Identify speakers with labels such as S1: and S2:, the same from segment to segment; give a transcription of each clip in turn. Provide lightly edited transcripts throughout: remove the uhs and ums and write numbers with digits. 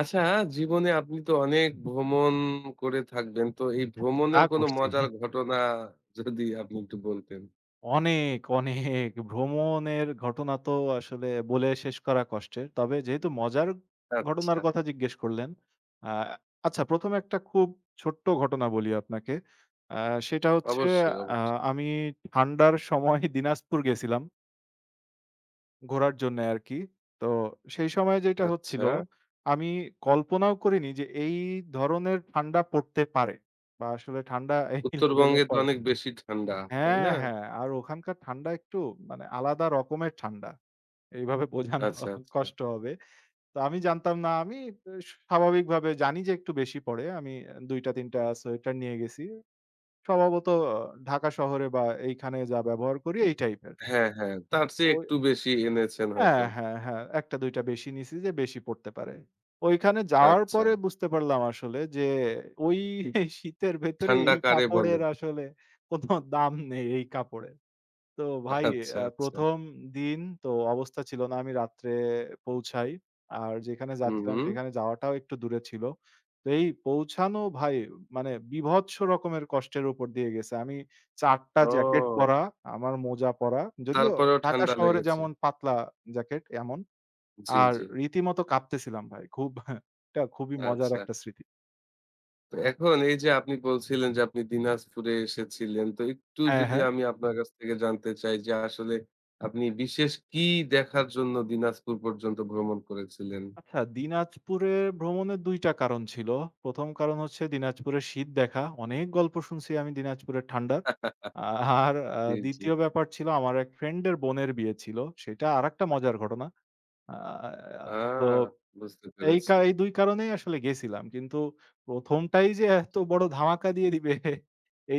S1: আচ্ছা, জীবনে আপনি তো অনেক ভ্রমণ করে থাকবেন। তো এই
S2: তা
S1: ভ্রমণের কোনো
S2: করছি।
S1: মজার ঘটনা যদি আপনি একটু বলতেন?
S2: অনেক, অনেক ভ্রমণের ঘটনা তো আসলে বলে শেষ করা কষ্টের। তবে যেহেতু মজার ঘটনার
S1: আচ্ছা।
S2: কথা জিজ্ঞেস করলেন, আ আচ্ছা ১ম এ একটা খুব ছোট্ট ঘটনা বলি আপনাকে। আ সেটা হচ্ছে
S1: অবশ্যই,
S2: আ
S1: অবশ্যই।
S2: আমি ঠান্ডার সময় দিনাজপুর গেছিলাম ঘোরার জন্যে আরকি। তো সেই সময় যেটা
S1: আচ্ছা।
S2: হচ্ছিল, আমি কল্পনাও করিনি যে এই ধরনের ঠান্ডা পড়তে পারে বা আসলে ঠান্ডা এই লেভেলে
S1: উত্তরবঙ্গে তো
S2: পড়ে।
S1: অনেক বেশি ঠান্ডা, তাই
S2: হ্যাঁ,
S1: না?
S2: হ্যাঁ। আর ওখানকার ঠান্ডা একটু মানে আলাদা রকমের ঠান্ডা। এইভাবে বোঝানো
S1: আচ্ছা, আচ্ছা।
S2: কষ্ট হবে। তো আমি জানতাম না। আমি এ স্বাভাবিকভাবে জানি যে একটু বেশি পড়ে। আমি ২ টা ৩ টা সোয়েটার নিয়ে গেছি। স্বভাবত ঢাকা শহরে বা এইখানে যা ব্যবহার করি এই টাইপের।
S1: হ্যাঁ, হ্যাঁ। তার চেয়ে
S2: ওই
S1: একটু বেশি এনেছেন হয়তো।
S2: হ্যাঁ, হ্যাঁ, হ্যাঁ। ১ টা ২ টা বেশি নিছি যে বেশি পড়তে পারে। ওইখানে যাওয়ার
S1: আচ্ছা।
S2: পরে বুঝতে পারলাম আসলে যে ওই শীতের ভেতরে
S1: ঠান্ডা
S2: এই
S1: কারে বলে?
S2: কাপড়ের আসলে কোন দাম নেই এই কাপড়ের। তো ভাই
S1: আচ্ছা, আচ্ছা।
S2: ১ম দিন তো অবস্থা ছিল না। আমি রাত্রে পৌঁছাই। আর যেখানে
S1: হুম,
S2: যাচ্ছিলাম
S1: হুম।
S2: সেখানে যাওয়াটাও একটু দূরে ছিল। তো এই পৌঁছানো ভাই মানে বীভৎস রকমের কষ্টের উপর দিয়ে গেছে। আমি ৪ টা জ্যাকেট
S1: ও!
S2: পরা, আমার মোজা পরা। যদিও
S1: তারপরেও
S2: ঢাকা
S1: ঠান্ডা
S2: শহরে
S1: লেগেছে।
S2: যেমন পাতলা জ্যাকেট এমন।
S1: জি,
S2: আর
S1: জি।
S2: রীতিমতো কাঁপতেছিলাম ভাই। খুব এটা খুবই মজার
S1: আচ্ছা।
S2: একটা স্মৃতি।
S1: তো এখন এই যে আপনি বলছিলেন যে আপনি দিনাজপুরে এসেছিলেন। তো একটু
S2: হ্যাঁ,
S1: যদি
S2: হ্যাঁ।
S1: আমি আপনার কাছ থেকে জানতে চাই যে আসলে আপনি বিশেষ কি দেখার জন্য দিনাজপুর পর্যন্ত ভ্রমণ করেছিলেন?
S2: আচ্ছা, দিনাজপুরে ভ্রমণের ২ টা কারণ ছিল। ১ম কারণ হচ্ছে দিনাজপুরের শীত দেখা। অনেক গল্প শুনছি আমি দিনাজপুরের ঠান্ডার। আ আর
S1: জি, জি।
S2: ২য় ব্যাপার ছিল আমার এক ফ্রেন্ডের বোনের বিয়ে ছিল। সেটা আরেকটা মজার ঘটনা। আ
S1: আ
S2: তো
S1: বুঝতে পেরেছি।
S2: এই ২ কারণেই আসলে গেছিলাম। কিন্তু ১ম টাই যে এত বড় ধামাকা দিয়ে দিবে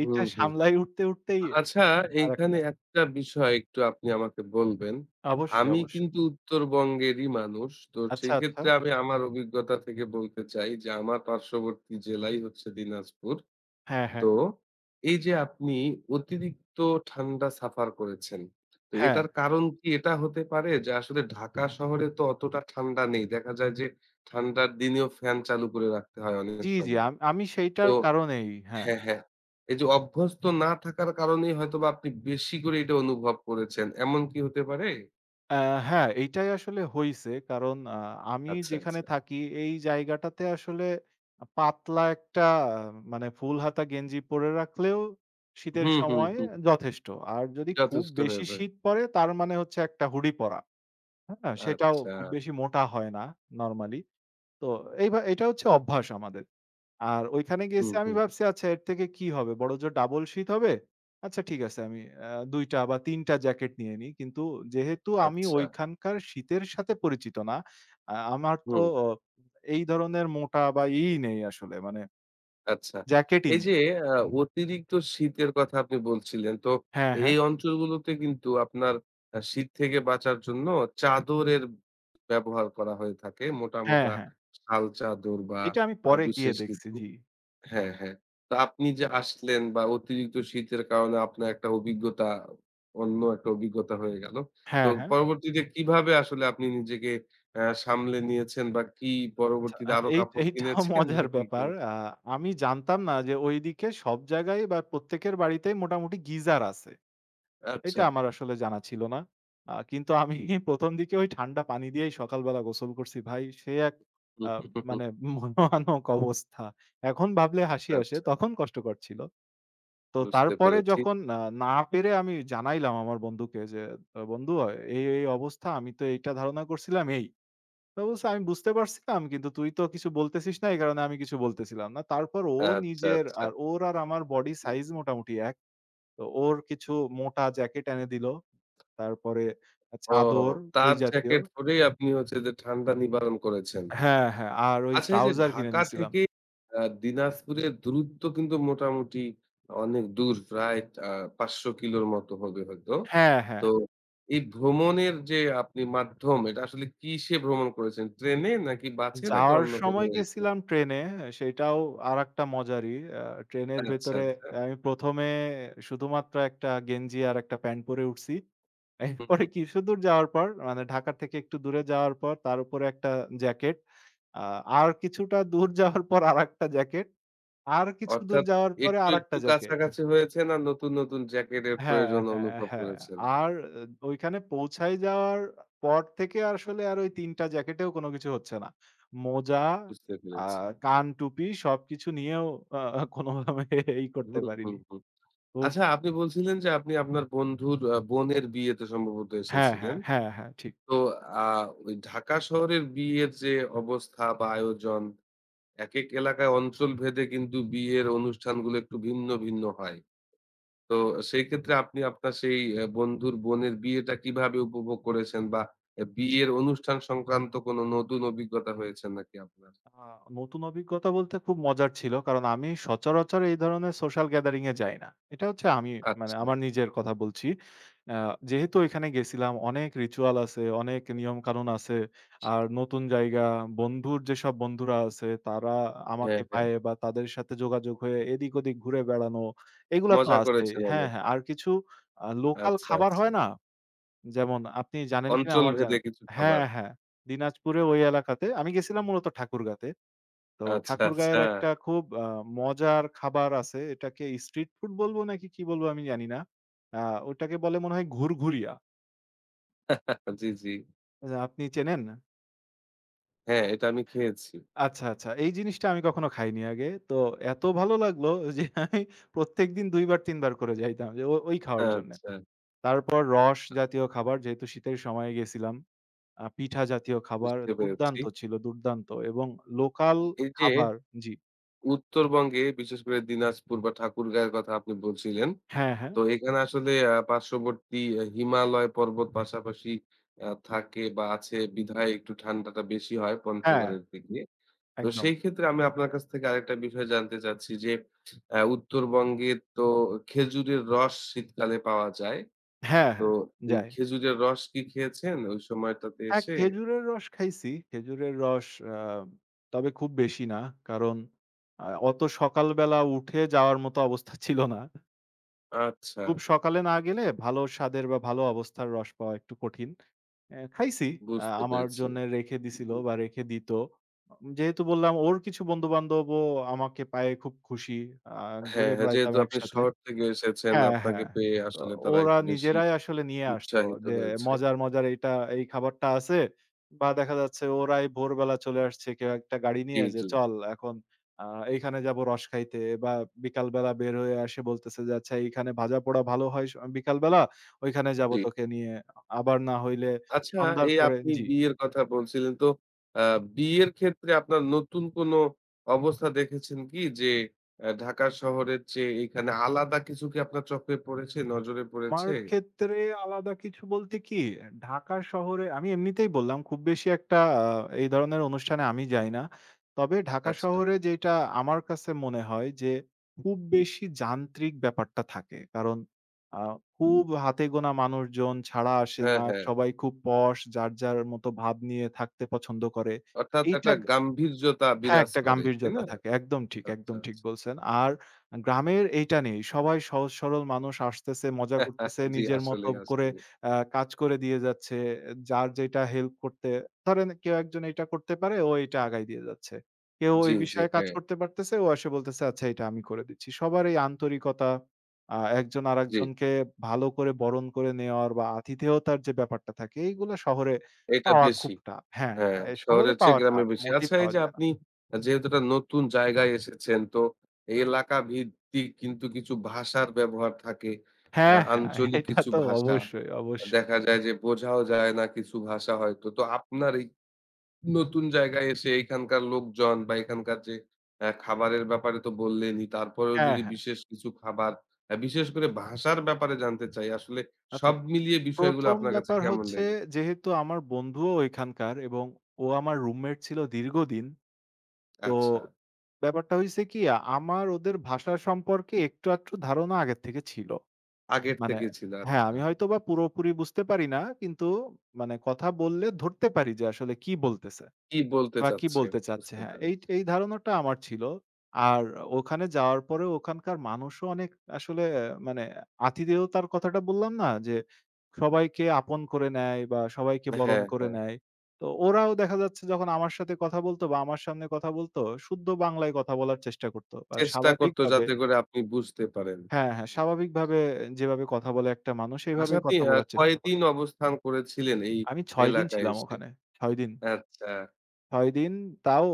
S1: হুম, হুম।
S2: সামলায় উঠতে, উঠতেই
S1: আচ্ছা, এইখানে
S2: আরেকটা
S1: একটা বিষয় একটু আপনি আমাকে বলবেন।
S2: অবশ্যই,
S1: আমি
S2: অবশ্যই।
S1: কিন্তু উত্তরবঙ্গেরই মানুষ। তো
S2: আচ্ছা,
S1: সেই
S2: আচ্ছা।
S1: ক্ষেত্রে আমি আমার অভিজ্ঞতা থেকে বলতে চাই যে আমার পার্শ্ববর্তী জেলাই হচ্ছে দিনাজপুর।
S2: হ্যাঁ, হ্যাঁ।
S1: তো এই যে আপনি অতিরিক্ত ঠান্ডা সাফার করেছেন, তো
S2: হ্যাঁ।
S1: এটার কারণ কি এটা হতে পারে যে আসলে ঢাকা শহরে তো অতটা ঠান্ডা নেই। দেখা যায় যে ঠান্ডার দিনেও ফ্যান চালু করে রাখতে হয় অনেক
S2: জি, জি।
S1: সময়।
S2: আমি সেইটার
S1: তো
S2: কারণেই হ্যাঁ।
S1: হ্যাঁ, হ্যাঁ। এই যে অভ্যস্ত না থাকার কারণেই হয়তোবা আপনি বেশি করে এটা অনুভব করেছেন। এমন কি হতে পারে?
S2: আ হ্যাঁ, এইটাই আসলে হইছে। কারণ আমি
S1: আচ্ছা,
S2: যেখানে
S1: আচ্ছা।
S2: থাকি এই জায়গাটাতে আসলে পাতলা একটা মানে ফুল হাতা গেঞ্জি পরে রাখলেও শীতের
S1: হুম, হুম,
S2: সময়
S1: হুম।
S2: যথেষ্ট। আর যদি খুব
S1: যথেষ্ট হয়ে
S2: বেশি
S1: যায়।
S2: শীত পড়ে তার মানে হচ্ছে একটা হুডি পরা। হ্যাঁ? সেটাও
S1: আচ্ছা।
S2: খুব বেশি মোটা হয় না নরমালি। তো এটা হচ্ছে অভ্যাস আমাদের। আর ওইখানে
S1: হুম,
S2: গেছি আমি
S1: হুম।
S2: ভাবছি আচ্ছা এর থেকে কি হবে? বড়জোর ডাবল শীত হবে। আচ্ছা ঠিক আছে আমি ২ টা বা ৩ টা জ্যাকেট নিয়ে নিই। কিন্তু যেহেতু আমি
S1: আচ্ছা।
S2: ওইখানকার শীতের সাথে পরিচিত না, আমার তো
S1: হুম।
S2: এই ধরনের মোটা বা ই নেই আসলে মানে
S1: আচ্ছা।
S2: জ্যাকেটই
S1: এই যে
S2: নেই।
S1: আ অতিরিক্ত শীতের কথা আপনি বলছিলেন। তো
S2: হ্যাঁ, হ্যাঁ।
S1: এই অঞ্চলগুলোতে কিন্তু আপনার শীত থেকে বাঁচার জন্য চাদরের ব্যবহার করা হয়ে থাকে। মোটা,
S2: হ্যাঁ,
S1: মোটা
S2: হ্যাঁ।
S1: শাল চাদর বা
S2: এটা আমি পরে গিয়ে
S1: বিশেষ
S2: দেখছি।
S1: কিছু।
S2: জি।
S1: হ্যাঁ, হ্যাঁ। তো আপনি যে আসলেন বা অতিরিক্ত শীতের কারণে আপনার একটা অভিজ্ঞতা, অন্য একটা অভিজ্ঞতা হয়ে গেল। তো
S2: হ্যাঁ, হ্যাঁ।
S1: পরবর্তীতে কিভাবে আসলে আপনি নিজেকে সামলে নিয়েছেন বা কি
S2: আচ্ছা
S1: পরবর্তীতে আরো
S2: এই
S1: কাপড়
S2: এইটাও
S1: কিনেছেন না
S2: মজার
S1: কি
S2: ব্যাপার।
S1: করেছেন?
S2: আমি জানতাম না যে ওইদিকে সব জায়গায় বা প্রত্যেকের বাড়িতেই মোটামুটি গিজার আছে।
S1: আচ্ছা।
S2: এটা আমার আসলে জানা ছিল না। কিন্তু আমি ১ম দিকে ওই ঠান্ডা পানি দিয়েই সকালবেলা গোসল করছি ভাই। সে এক
S1: হুম,
S2: আ
S1: হুম, হুম, হুম।
S2: মানে মর্মান্তিক অবস্থা। এখন ভাবলে হাসি আসে,
S1: আচ্ছা,
S2: তখন কষ্টকর ছিল। তো
S1: বুঝতে
S2: তারপরে
S1: পেরেছি।
S2: যখন না পেরে আমি জানাইলাম আমার বন্ধুকে যে, "বন্ধু এই অবস্থা আমি তো এইটা ধারণা করছিলাম এই।" তো বলছে, "আমি বুঝতে পারছিলাম কিন্তু তুই তো কিছু বলতেছিস না এই কারণে আমি কিছু বলতেছিলাম না।" তারপর ও
S1: আচ্ছা,
S2: নিজের
S1: আচ্ছা।
S2: আর ওর আর আমার বডি সাইজ মোটামুটি এক। তো ওর কিছু মোটা জ্যাকেট এনে দিল। তারপরে
S1: ও,
S2: চাদর ওই
S1: তার
S2: জাতীয়
S1: জ্যাকেট পরেই আপনি হচ্ছে যে ঠান্ডা নিবারণ করেছেন।
S2: হ্যাঁ, হ্যাঁ। আর ওই
S1: আচ্ছা, এই যে
S2: ট্রাউজার কিনে
S1: ঢাকা
S2: নিছিলাম।
S1: থেকে দিনাজপুরের দূরত্ব কিন্তু মোটামুটি অনেক দূর, প্রায় আ ৫০০ কিলোর মতো হবে হয়তো।
S2: হ্যাঁ, হ্যাঁ।
S1: তো এই ভ্রমণের যে আপনি মাধ্যম, এটা আসলে কিসে ভ্রমণ করেছেন? ট্রেনে নাকি বাসে নাকি
S2: যাওয়ার
S1: অন্য কোথাও
S2: সময়
S1: হয়েছে?
S2: গেছিলাম ট্রেনে। সেটাও আরেকটা মজারই। আ ট্রেনের
S1: আচ্ছা,
S2: ভেতরে
S1: আচ্ছা।
S2: আমি ১ম এ শুধুমাত্র একটা গেঞ্জি আর একটা প্যান্ট পরে উঠছি।
S1: হু, হু।
S2: এরপরে কিছুদূর যাওয়ার পর মানে ঢাকা থেকে একটু দূরে যাওয়ার পর তার উপরে একটা জ্যাকেট। আ আর কিছুটা দূর যাওয়ার পর আরেকটা জ্যাকেট। আর কিছু দূর
S1: অর্থাৎ
S2: যাওয়ার পরে
S1: একটু,
S2: আরেকটা
S1: একটু
S2: জ্যাকেট।
S1: কাছাকাছি হয়েছেন আর নতুন, নতুন জ্যাকেটের
S2: হ্যাঁ,
S1: প্রয়োজন
S2: হ্যাঁ,
S1: অনুভব
S2: হ্যাঁ।
S1: করেছেন।
S2: আর আ ওইখানে পৌঁছায় যাওয়ার পর থেকে আসলে আর ওই ৩ টা জ্যাকেটেও কোনো কিছু হচ্ছে না। মোজা,
S1: বুঝতে
S2: আ
S1: পেরেছি।
S2: কান টুপি সবকিছু নিয়েও আ কোনোভাবে ই
S1: হুম,
S2: করতে
S1: হুম,
S2: পারিনি।
S1: হুম।
S2: খুব
S1: আচ্ছা, আপনি বলছিলেন যে আপনি আপনার বন্ধুর বোনের বিয়েতে সম্ভবত
S2: হ্যাঁ,
S1: এসেছিলেন।
S2: হ্যাঁ, হ্যাঁ, হ্যাঁ ঠিক।
S1: তো আ ওই ঢাকা শহরের বিয়ের যে অবস্থা বা আয়োজন, একেক এলাকায় অঞ্চলভেদে কিন্তু বিয়ের অনুষ্ঠানগুলো একটু ভিন্ন, ভিন্ন হয়। তো সেই ক্ষেত্রে আপনি আপনার সেই এ বন্ধুর বোনের বিয়েটা কিভাবে উপভোগ করেছেন? বা এ বিয়ের অনুষ্ঠান সংক্রান্ত কোনো নতুন অভিজ্ঞতা হয়েছে নাকি আপনার?
S2: আ নতুন অভিজ্ঞতা বলতে খুব মজার ছিল। কারণ আমি সচরাচর এই ধরনের সোশ্যাল গ্যাদারিং এ যাই না। এটা হচ্ছে আমি মানে
S1: আচ্ছা।
S2: আমার নিজের কথা বলছি। আ যেহেতু এখানে গেছিলাম অনেক রিচুয়াল আছে, অনেক নিয়মকানুন আছে। আর নতুন জায়গা, বন্ধুর যেসব বন্ধুরা আছে তারা
S1: হ্যাঁ,
S2: আমাকে
S1: হ্যাঁ।
S2: পায়ে বা তাদের সাথে যোগাযোগ হয়ে এদিক ওদিক ঘুরে বেড়ানো এগুলা তো
S1: মজা
S2: আছে।
S1: করেছেন
S2: হ্যাঁ,
S1: অনেক।
S2: হ্যাঁ। আর কিছু লোকাল
S1: আচ্ছা,
S2: খাবার
S1: আচ্ছা।
S2: হয় না? যেমন আপনি জানেন কিনা
S1: অঞ্চল
S2: আমার জানা
S1: ভেদে কিছু খাবার।
S2: হ্যাঁ, হ্যাঁ। দিনাজপুরে ওই এলাকাতে আমি গেছিলাম মূলত ঠাকুরগাঁতে। তো
S1: আচ্ছা, আচ্ছা।
S2: ঠাকুরগাঁওয়ের একটা খুব মজার খাবার আছে। এটাকে স্ট্রিট ফুড বলবো নাকি কি বলবো আমি জানি না। আ ওটাকে বলে মনে হয় ঘুরঘুরিয়া।
S1: জি, জি।
S2: আচ্ছা আপনি চেনেন?
S1: হ্যাঁ, এটা আমি খেয়েছি।
S2: আচ্ছা, আচ্ছা। এই জিনিসটা আমি কখনো খাইনি আগে। তো এত ভালো লাগলো যে আমি প্রত্যেকদিন ২ বার ৩ বার করে যাইতাম যে ও ওই খাওয়ার জন্যে।
S1: আচ্ছা,
S2: তারপর রস জাতীয় খাবার যেহেতু শীতের সময়ে গেছিলাম। পিঠা জাতীয় খাবার
S1: বুঝতে পেরেছি।
S2: দুর্দান্ত ছিল, দুর্দান্ত এবং লোকাল
S1: এই যে
S2: খাবার জি।
S1: উত্তরবঙ্গে বিশেষ করে দিনাজপুর বা ঠাকুরগাঁওয়ের কথা আপনি বলছিলেন।
S2: হ্যাঁ, হ্যাঁ।
S1: তো এখানে আসলে পার্শ্ববর্তী হিমালয় পর্বত পাশাপাশি থাকে বা আছে বিধায় একটু ঠান্ডাটা বেশি হয়
S2: হ্যাঁ,
S1: পঞ্চগড়ের দিকে। তো
S2: একদম।
S1: সেই ক্ষেত্রে আমি আপনার কাছ থেকে আরেকটা বিষয় জানতে চাচ্ছি যে, উত্তরবঙ্গে তো খেজুরের রস শীতকালে পাওয়া যায়।
S2: হ্যাঁ,
S1: তো
S2: হ্যাঁ।
S1: এই
S2: যাই।
S1: খেজুরের রস কি খেয়েছেন ওই সময়টাতে
S2: হ্যাঁ,
S1: এসে?
S2: খেজুরের রস খাইছি। খেজুরের রস আ তবে খুব বেশি না। কারণ অত সকালবেলা উঠে যাওয়ার মতো অবস্থা ছিল না।
S1: আচ্ছা,
S2: খুব সকালে না গেলে ভালো স্বাদের বা ভালো অবস্থার রস পাওয়া একটু কঠিন। খাইছি।
S1: বুঝতে
S2: আমার
S1: পেরেছি।
S2: জন্যে রেখে দিছিল বা রেখে দিত। যেহেতু বললাম ওর কিছু বন্ধু-বান্ধবও আমাকে পায়ে খুব খুশি। আ
S1: হ্যাঁ,
S2: ঘুরে
S1: হ্যাঁ,
S2: বেড়াইতাম
S1: যেহেতু আপনি
S2: একসাথে।
S1: শহর থেকে এসেছেন,
S2: হ্যাঁ,
S1: আপনাকে
S2: হ্যাঁ।
S1: পেয়ে
S2: তো
S1: আসলে তারা
S2: ওরা
S1: একটু বেশি
S2: নিজেরাই আসলে নিয়ে আসতো
S1: উৎসাহিত
S2: যে
S1: হয়েছে।
S2: মজার, মজার এইটা এই খাবারটা আছে বা দেখা যাচ্ছে ওরাই ভোরবেলা চলে আসছে কেউ একটা গাড়ি
S1: জি,
S2: নিয়ে যে,
S1: জি,
S2: "চল এখন আ এইখানে যাবো রস খাইতে" বা বিকালবেলা বের হয়ে আসে বলতেছে যে, "আচ্ছা এইখানে ভাজা পোড়া ভালো হয় স বিকালবেলা, ওইখানে যাবো
S1: জি।
S2: তোকে নিয়ে।" আবার না হইলে
S1: আচ্ছা,
S2: সন্ধ্যার
S1: এই
S2: পরে
S1: আপনি
S2: জি।
S1: বিয়ের কথা বলছিলেন। তো আ বিয়ের ক্ষেত্রে আপনার নতুন কোন অবস্থা দেখেছেন কি? যে ঢাকা শহরের চেয়ে এখানে আলাদা কিছু কি আপনার চোখে পড়েছে, নজরে
S2: আমার
S1: পড়েছে?
S2: ক্ষেত্রে আলাদা কিছু বলতে কি, ঢাকা শহরে আমি এমনিতেই বললাম খুব বেশি একটা এই ধরনের অনুষ্ঠানে আমি যাই না। তবে ঢাকা
S1: আচ্ছা।
S2: শহরে যেটা আমার কাছে মনে হয় যে, খুব বেশি যান্ত্রিক ব্যাপারটা থাকে। কারণ আ খুব হাতে গোনা মানুষজন ছাড়া আসে
S1: হ্যাঁ,
S2: না।
S1: হ্যাঁ।
S2: সবাই খুব posh যার, যার মতো ভাব নিয়ে থাকতে পছন্দ করে।
S1: অর্থাৎ
S2: এইটা
S1: একটা গাম্ভীর্যতা
S2: হ্যাঁ,
S1: বিরাজ
S2: একটা
S1: করে, তাই
S2: গাম্ভীর্যতা
S1: না?
S2: থাকে। একদম ঠিক,
S1: আচ্ছা,
S2: একদম ঠিক
S1: আচ্ছা।
S2: বলছেন। আর গ্রামের এইটা নেই। সবাই সহজ সরল মানুষ আসতেছে, মজা করতেছে,
S1: জি,
S2: নিজের মতো
S1: আসলেই,
S2: করে
S1: আসলেই।
S2: কাজ করে দিয়ে যাচ্ছে। যার যেটা হেল্প করতে ধরেন কেউ একজন এটা করতে পারে, ও এটা আগায় দিয়ে যাচ্ছে। কেউ
S1: জি,
S2: ওই
S1: জি।
S2: বিষয়ে কাজ
S1: হ্যাঁ,
S2: করতে পারতেছে, ও এসে বলতেছে, "আচ্ছা এটা আমি করে দিচ্ছি।" সবার এই আন্তরিকতা একজন
S1: জি।
S2: আরেকজনকে ভালো করে বরণ করে নেওয়ার বা আতিথেয়তার যে ব্যাপারটা থাকে, এইগুলা শহরে
S1: এটা
S2: পাওয়া
S1: বেশি।
S2: খুব টাফ। হ্যাঁ,
S1: হ্যাঁ,
S2: হ্যাঁ, শহরে
S1: শহরের চেয়ে
S2: পাওয়া
S1: গ্রামে
S2: টাফ।
S1: বেশি।
S2: মোটেই
S1: আচ্ছা, এই
S2: পাওয়া
S1: যে
S2: যায় না।
S1: আপনি যেহেতু একটা নতুন জায়গায় এসেছেন, তো এই এলাকা ভিত্তিক কিন্তু কিছু ভাষার ব্যবহার থাকে।
S2: হ্যাঁ, হ্যাঁ,
S1: আঞ্চলিক
S2: এটা
S1: কিছু
S2: তো
S1: ভাষা।
S2: অবশ্যই, অবশ্যই।
S1: দেখা যায় যে বোঝাও যায় না কিছু ভাষা হয়তো। তো আপনার এই নতুন জায়গায় এসে এখানকার লোকজন বা এখানকার যে খাবারের ব্যাপারে তো বললেনই। তারপরেও
S2: হ্যাঁ,
S1: যদি
S2: হ্যাঁ।
S1: বিশেষ কিছু খাবার বিশেষ করে ভাষার ব্যাপারে জানতে চাই। আসলে
S2: আচ্ছা
S1: সব মিলিয়ে বিষয়গুলো
S2: ১ম
S1: আপনার কাছে
S2: ব্যাপার
S1: কেমন
S2: হচ্ছে
S1: লেগেছে?
S2: যেহেতু আমার বন্ধুও এখানকার এবং ও আমার রুমমেট ছিল দীর্ঘদিন। তো
S1: আচ্ছা,
S2: ব্যাপারটা হইছে কি আমার ওদের ভাষা সম্পর্কে একটু আধটু ধারণা আগের থেকে ছিল।
S1: আগের
S2: মানে
S1: থেকে ছিল।
S2: হ্যাঁ,
S1: আচ্ছা।
S2: আমি হয়তোবা পুরোপুরি বুঝতে পারি না। কিন্তু মানে কথা বললে ধরতে পারি যে আসলে কি বলতেছে।
S1: কি বলতে
S2: বা কি
S1: চাচ্ছে?
S2: বলতে চাচ্ছে?
S1: বুঝতে
S2: হ্যাঁ, এই
S1: পেরেছি।
S2: এই ধারণাটা আমার ছিল। আর ওখানে যাওয়ার পরে ওখানকার মানুষও অনেক আসলে মানে আতিথেয়তার কথাটা বললাম না? যে সবাইকে আপন করে নেয় বা সবাইকে বরণ
S1: হ্যাঁ,
S2: করে
S1: হ্যাঁ।
S2: নেয়। তো ওরাও দেখা যাচ্ছে যখন আমার সাথে কথা বলতো বা আমার সামনে কথা বলতো, শুদ্ধ বাংলায় কথা বলার চেষ্টা করত। বা
S1: চেষ্টা করত
S2: স্বাভাবিকভাবে
S1: যাতে করে আপনি বুঝতে পারেন।
S2: হ্যাঁ, হ্যাঁ,
S1: হুম।
S2: স্বাভাবিকভাবে যেভাবে কথা বলে একটা মানুষ,
S1: আচ্ছা,
S2: এভাবেই
S1: আপনি
S2: কথা বলার চেষ্টা করত।
S1: কয়দিন অবস্থান করেছিলেন এই
S2: আমি ৬ দিন
S1: এলাকায়
S2: ছিলাম
S1: এসে?
S2: ওখানে, ৬ দিন।
S1: আচ্ছা।
S2: ৬ দিন তাও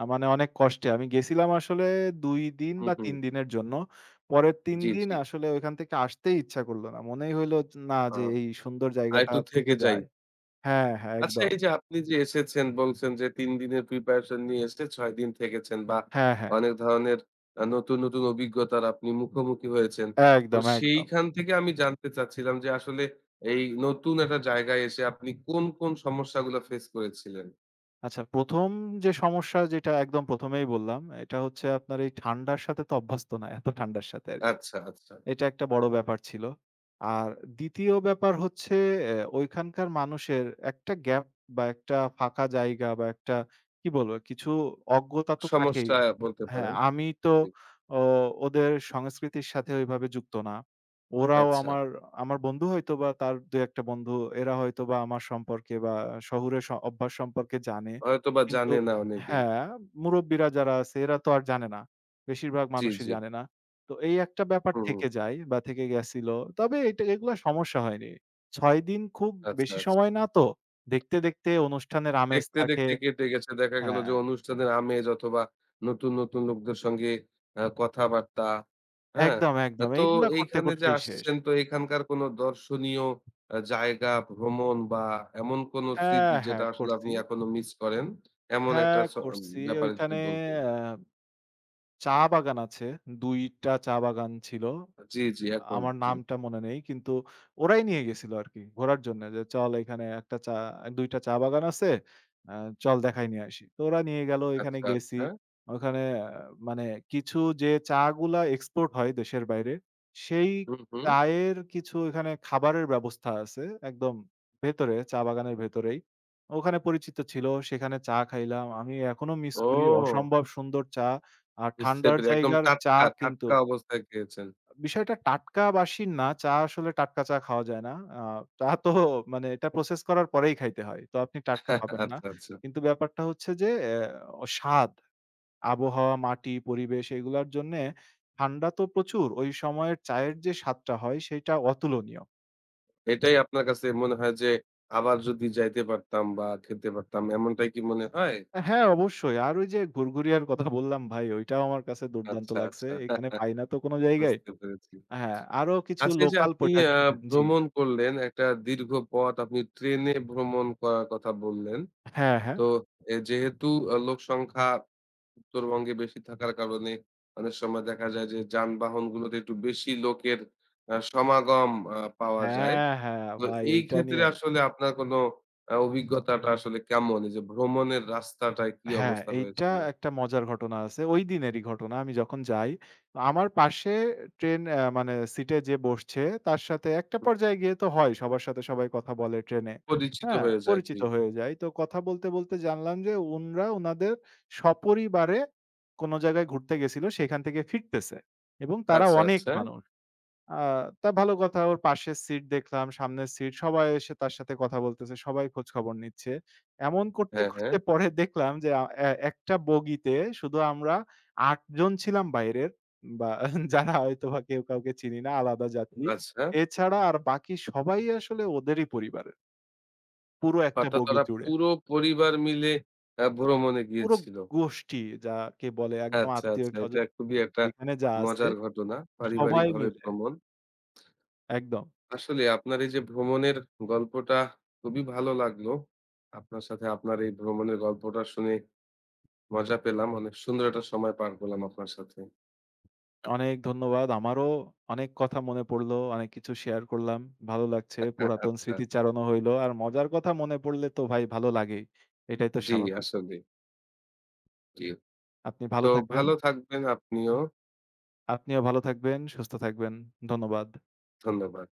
S2: মানে অনেক কষ্টে। আমি গেছিলাম আসলে ২ দিন
S1: হু,
S2: বা
S1: হু।
S2: ৩ দিনের জন্য। পরের ৩
S1: জি,
S2: দিন
S1: জি।
S2: আসলে ওইখান থেকে আসতেই ইচ্ছা করল না। মনেই হইলো য না
S1: আ
S2: যে এই সুন্দর জায়গাটা
S1: আরেকটু থেকে
S2: থেকে
S1: যাই।
S2: যাই। হ্যাঁ, হ্যাঁ,
S1: আচ্ছা,
S2: একদম।
S1: এই যে আপনি যে এসেছেন বলছেন যে ৩ দিনের প্রিপারেশন নিয়ে এসে ৬ দিন থেকেছেন বা
S2: হ্যাঁ, হ্যাঁ।
S1: অনেক ধরনের নতুন, নতুন অভিজ্ঞতার আপনি মুখোমুখি হয়েছেন। তো
S2: একদম, একদম।
S1: সেইখান থেকে আমি জানতে চাচ্ছিলাম যে আসলে এই নতুন একটা জায়গায় এসে আপনি কোন, কোন সমস্যাগুলো ফেস করেছিলেন?
S2: আচ্ছা ১ম যে সমস্যা যেটা একদম ১ম এই বললাম, এটা হচ্ছে আপনার এই ঠান্ডার সাথে তো অভ্যস্ত না। এত ঠান্ডার সাথে আরকি।
S1: আচ্ছা, আচ্ছা।
S2: এটা একটা বড় ব্যাপার ছিল। আর ২য় ব্যাপার হচ্ছে ঐখানকার মানুষের একটা গ্যাপ বা একটা ফাঁকা জায়গা বা একটা কি বলবো? কিছু অজ্ঞতা তো থাকেই।
S1: সমস্যা বলতে
S2: হ্যাঁ,
S1: পারেন।
S2: আমি তো
S1: জি।
S2: ও ওদের সংস্কৃতির সাথে ওইভাবে যুক্ত না। ওরাও
S1: আচ্ছা।
S2: আমার, আমার বন্ধু হয়তোবা তার ২ ১ টা বন্ধু এরা হয়তোবা আমার সম্পর্কে বা শহুরে অভ্যাস সম্পর্কে জানে।
S1: হয়তোবা
S2: কিন্তু
S1: জানে না অনেকেই।
S2: হ্যাঁ, মুরব্বিরা যারা আছে এরা তো আর জানে না। বেশিরভাগ
S1: জি,
S2: মানুষই
S1: জি।
S2: জানে না। তো এই একটা ব্যাপার
S1: হুম, হুম।
S2: থেকে যায় বা থেকে গেছিল। তবে এটা এগুলা সমস্যা হয়নি। ৬ দিন খুব
S1: আচ্ছা,
S2: বেশি
S1: আচ্ছা।
S2: সময় না তো। দেখতে, দেখতে অনুষ্ঠানের আমেজ
S1: দেখতে,
S2: থাকে
S1: দেখতে কেটে গেছে। দেখা গেল যে
S2: হ্যাঁ,
S1: অনুষ্ঠানের আমেজ অথবা নতুন, নতুন লোকদের সঙ্গে কথাবার্তা, হ্যাঁ?
S2: একদম, একদম।
S1: তো
S2: এইগুলা করতে,
S1: এইখানে যে
S2: করতেই শেষ।
S1: আসছেন তো এখানকার কোনো দর্শনীয় জায়গা, ভ্রমণ বা এমন কোনো স্মৃতি
S2: হ্যাঁ, হ্যাঁ
S1: যেটা আসলে আপনি
S2: করছি।
S1: এখনো মিস করেন? এমন একটা
S2: হ্যাঁ
S1: স
S2: করছি।
S1: ব্যাপারে যদি
S2: ওইখানে
S1: বলতেন।
S2: আ চা বাগান আছে। ২ টা চা বাগান ছিল।
S1: জি, জি, এখন
S2: আমার
S1: জি।
S2: নামটা মনে নেই। কিন্তু ওরাই নিয়ে গেছিল আরকি ঘোরার জন্যে যে, "চল এখানে একটা চা ২ টা চা বাগান আছে। আ চল দেখায় নিয়ে আসি।" তো ওরা নিয়ে গেল, ওইখানে
S1: আচ্ছা,
S2: গেছি।
S1: আচ্ছা।
S2: ওখানে মানে কিছু যে চা গুলা এক্সপোর্ট হয় দেশের বাইরে, সেই
S1: হুম, হুম।
S2: চায়ের কিছু ওইখানে খাবারের ব্যবস্থা আছে একদম ভেতরে, চা বাগানের ভেতরেই। ওখানে পরিচিত ছিল, সেখানে চা খাইলাম। আমি এখনো মিস করি
S1: ও!
S2: অসম্ভব সুন্দর চা। আর
S1: বুঝতে
S2: ঠান্ডার
S1: পেরে একদম
S2: জায়গার চা
S1: টাটকা,
S2: কিন্তু
S1: টাটকা অবস্থায় খেয়েছেন।
S2: বিষয়টা টাটকা বাসি না। চা আসলে টাটকা চা খাওয়া যায় না। আ চা তো মানে এটা প্রসেস করার পরেই খাইতে হয়। তো আপনি টাটকা পাবেন না।
S1: আচ্ছা, আচ্ছা।
S2: কিন্তু ব্যাপারটা হচ্ছে যে স্বাদ, আবহাওয়া, মাটি, পরিবেশ এগুলার জন্যে ঠান্ডা তো প্রচুর। ওই সময়ের চায়ের যে স্বাদটা হয় সেটা অতুলনীয়।
S1: এটাই আপনার কাছে মনে হয় যে আবার যদি যাইতে পারতাম বা খেতে পারতাম, এমনটাই কি মনে হয়?
S2: হ্যাঁ, অবশ্যই। আর ওই যে ঘুরঘুরিয়ার কথা বললাম ভাই ওইটাও আমার কাছে দুর্দান্ত
S1: আচ্ছা,
S2: লাগছে।
S1: আচ্ছা।
S2: এখানে পাই না তো কোন জায়গায়।
S1: বুঝতে পেরেছি।
S2: হ্যাঁ, আরো কিছু
S1: আচ্ছা, এই যে
S2: লোকাল
S1: আপনি
S2: পিঠা জি।
S1: ভ্রমণ করলেন, একটা দীর্ঘ পথ আপনি ট্রেনে ভ্রমণ করার কথা বললেন।
S2: হ্যাঁ, হ্যাঁ।
S1: তো এ যেহেতু লোক সংখ্যা উত্তরবঙ্গে বেশি থাকার কারণে অনেক সময় দেখা যায় যে যানবাহনগুলোতে একটু বেশি লোকের সমাগম পাওয়া যায়।
S2: হ্যাঁ, হ্যাঁ
S1: তো
S2: ভাই
S1: এই
S2: ওইটা
S1: ক্ষেত্রে
S2: নিয়েও।
S1: আসলে আপনার কোনো অভিজ্ঞতাটা আসলে কেমন? এই যে ভ্রমণের রাস্তাটায় কি
S2: হ্যাঁ,
S1: অবস্থা
S2: এইটা
S1: হয়েছিল?
S2: একটা মজার ঘটনা আছে। ঐদিনেরই ঘটনা। আমি যখন যাই, আমার পাশে ট্রেন মানে সিটে যে বসছে, তার সাথে একটা
S1: হুম,
S2: পর্যায়ে গিয়ে তো হয়, সবার সাথে সবাই কথা বলে ট্রেনে।
S1: পরিচিত
S2: হ্যাঁ?
S1: হয়ে যায়, জি।
S2: পরিচিত হয়ে যায়। তো কথা বলতে, বলতে জানলাম যে উনরা উনাদের সপরিবারে কোন জায়গায় ঘুরতে গেছিল, সেখান থেকে ফিরতেছে এবং তারা
S1: আচ্ছা,
S2: অনেক
S1: আচ্ছা।
S2: মানুষ। আ তা ভালো কথা ওর পাশের সিট দেখলাম, সামনের সিট সবাই এসে তার সাথে কথা বলতেছে, সবাই খোঁজখবর নিচ্ছে। এমন করতে,
S1: হ্যাঁ, হ্যাঁ।
S2: করতে পরে দেখলাম যে একটা বগিতে শুধু আমরা ৮ জন ছিলাম বাইরের বা যারা হয়তোবা কেউ কাউকে চিনি না আলাদা যাত্রী।
S1: আচ্ছা।
S2: এছাড়া আর বাকি সবাই আসলে ওদেরই পরিবারের। পুরো একটা
S1: অর্থাৎ
S2: বগি
S1: ওরা
S2: জুড়ে।
S1: পুরো পরিবার মিলে ভ্রমণে
S2: পুরো
S1: গিয়েছিল।
S2: গোষ্ঠী যাকে বলে একদম
S1: আচ্ছা, আচ্ছা। এটা
S2: আত্মীয়স্বজন
S1: খুবই একটা
S2: যেখানে যা আছে
S1: মজার ঘটনা।
S2: সবাই
S1: পারিবারিকভাবে
S2: মিলে।
S1: ভ্রমণ।
S2: একদম।
S1: আসলে আপনার এই যে ভ্রমণের গল্পটা খুবই ভালো লাগলো। আপনার সাথে আপনার এই ভ্রমণের গল্পটা শুনে মজা পেলাম। অনেক সুন্দর একটা সময় পার করলাম আপনার সাথে।
S2: অনেক ধন্যবাদ। আমারও অনেক কথা মনে পড়লো। অনেক কিছু শেয়ার করলাম। ভালো লাগছে। পুরাতন
S1: আচ্ছা।
S2: স্মৃতিচারণও হইলো। আর মজার কথা মনে পড়লে তো ভাই ভালো লাগেই। এটাই তো
S1: জি,
S2: স্বাভাবিক।
S1: আসলেই। জি।
S2: আপনি
S1: তো
S2: ভালো থাকবেন।
S1: ভালো থাকবেন আপনিও।
S2: আপনিও ভালো থাকবেন, সুস্থ থাকবেন। ধন্যবাদ।
S1: ধন্যবাদ।